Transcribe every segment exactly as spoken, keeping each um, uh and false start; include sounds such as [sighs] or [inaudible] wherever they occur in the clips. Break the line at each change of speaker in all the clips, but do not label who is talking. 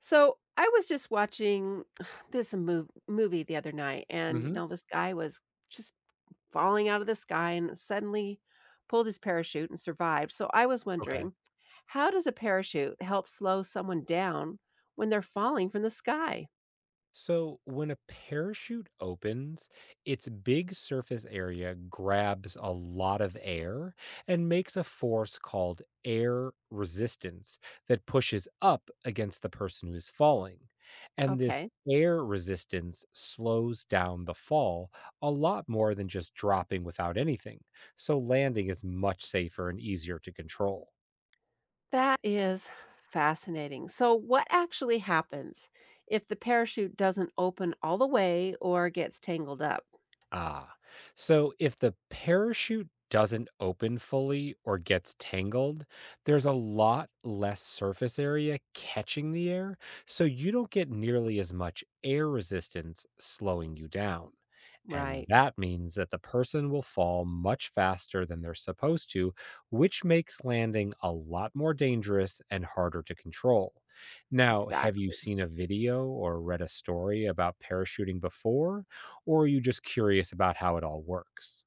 So I was just watching [sighs] this mov- movie the other night, and you
Mhm.
know, this guy was just falling out of the sky and suddenly pulled his parachute and survived. So I was
Okay.
wondering, how does a parachute help slow someone down when they're falling from the sky?
So when a parachute opens, its big surface area grabs a lot of air and makes a force called air resistance that pushes up against the person who is falling. And this
Okay,
air resistance slows down the fall a lot more than just dropping without anything. So landing is much safer and easier to control.
that is fascinating. So, what actually happens if the parachute doesn't open all the way or gets tangled up?
Ah, so if the parachute doesn't open fully or gets tangled, there's a lot less surface area catching the air, so you don't get nearly as much air resistance slowing you down. And
Right,
that means that the person will fall much faster than they're supposed to, which makes landing a lot more dangerous and harder to control. Now, have you
exactly.
seen a video or read a story about parachuting before, or are you just curious about how it all works?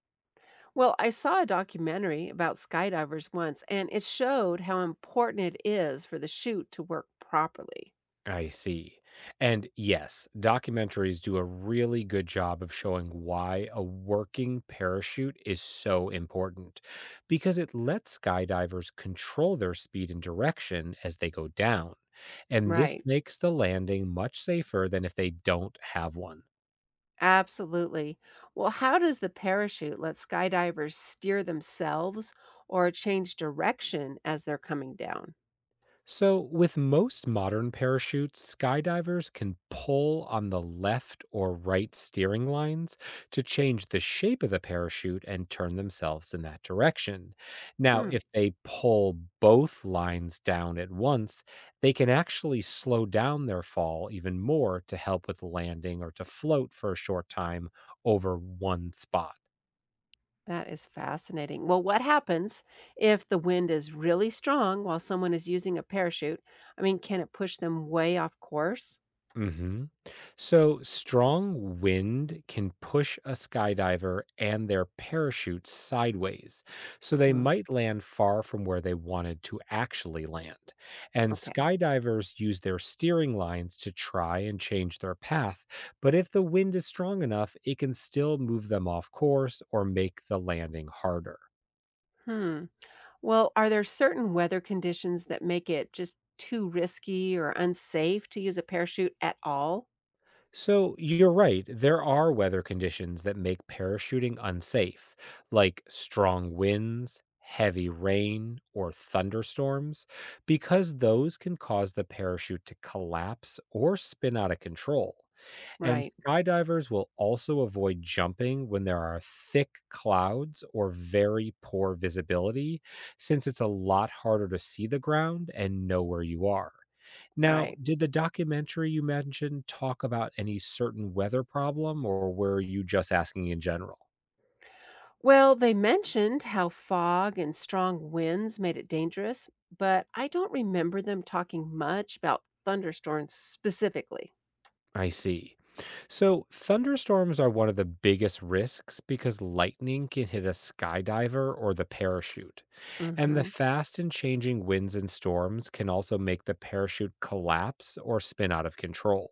Well, I saw a documentary about skydivers once, and it showed how important it is for the chute to work properly.
I see. And yes, documentaries do a really good job of showing why a working parachute is so important because it lets skydivers control their speed and direction as they go down. And this
Right.
makes the landing much safer than if they don't have one.
Absolutely. Well, how does the parachute let skydivers steer themselves or change direction as they're coming down?
So, with most modern parachutes, skydivers can pull on the left or right steering lines to change the shape of the parachute and turn themselves in that direction. Now,
Hmm,
if they pull both lines down at once, they can actually slow down their fall even more to help with landing or to float for a short time over one spot.
that is fascinating. Well, what happens if the wind is really strong while someone is using a parachute? I mean, can it push them way off course?
Mhm. So, strong wind can push a skydiver and their parachute sideways, so they
Mm,
might land far from where they wanted to actually land. And
okay.
skydivers use their steering lines to try and change their path, but if the wind is strong enough, it can still move them off course or make the landing harder.
Hmm. Well, are there certain weather conditions that make it just too risky or unsafe to use a parachute at all?
So you're right. There are weather conditions that make parachuting unsafe, like strong winds, heavy rain, or thunderstorms, because those can cause the parachute to collapse or spin out of control. And
Right,
skydivers will also avoid jumping when there are thick clouds or very poor visibility, since it's a lot harder to see the ground and know where you are. Now,
right.
did the documentary you mentioned talk about any certain weather problem, or were you just asking in general?
Well, they mentioned how fog and strong winds made it dangerous, but I don't remember them talking much about thunderstorms specifically.
I see. So, thunderstorms are one of the biggest risks because lightning can hit a skydiver or the parachute. And the
Hmm.
fast and changing winds and storms can also make the parachute collapse or spin out of control.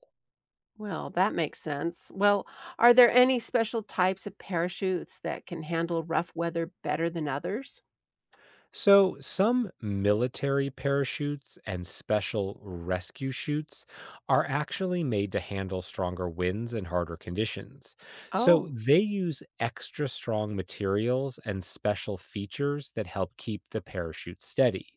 Well, that makes sense. Well, are there any special types of parachutes that can handle rough weather better than others?
So, some military parachutes and special rescue chutes are actually made to handle stronger winds and harder conditions. So,
Oh,
they use extra strong materials and special features that help keep the parachute steady.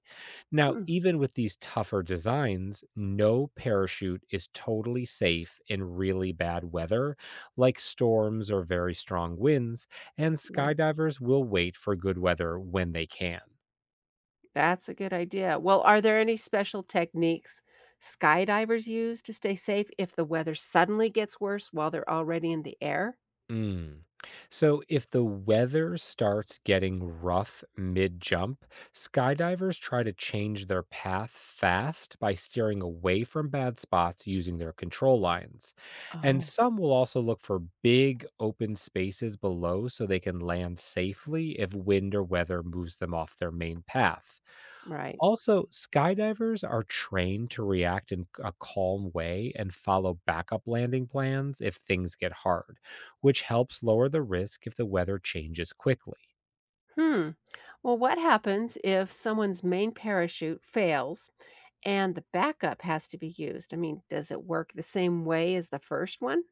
Now,
hmm,
even with these tougher designs, no parachute is totally safe in really bad weather, like storms or very strong winds, and
right.
skydivers will wait for good weather when they can.
That's a good idea. Well, are there any special techniques skydivers use to stay safe if the weather suddenly gets worse while they're already in the air?
Mm. So, if the weather starts getting rough mid jump, skydivers try to change their path fast by steering away from bad spots using their control lines. And
Oh.
some will also look for big open spaces below so they can land safely if wind or weather moves them off their main path.
Right.
Also, skydivers are trained to react in a calm way and follow backup landing plans if things get hard, which helps lower the risk if the weather changes quickly.
Hmm. Well, what happens if someone's main parachute fails and the backup has to be used? I mean, does it work the same way as the first one?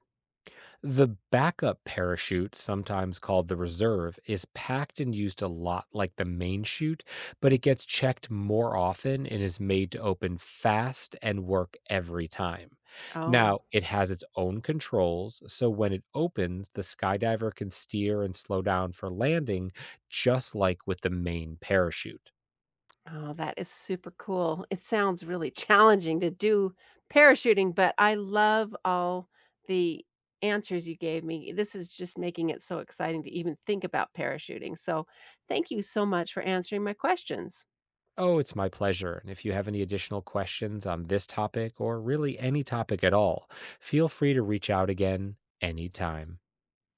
The backup parachute, sometimes called the reserve, is packed and used a lot like the main chute, but it gets checked more often and is made to open fast and work every time.
Oh.
Now, it has its own controls, so when it opens, the skydiver can steer and slow down for landing, just like with the main parachute.
Oh, that is super cool. It sounds really challenging to do parachuting, but I love all the answers you gave me. This is just making it so exciting to even think about parachuting. So, thank you so much for answering my questions.
Oh, it's my pleasure. And if you have any additional questions on this topic or really any topic at all, feel free to reach out again anytime.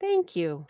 Thank you.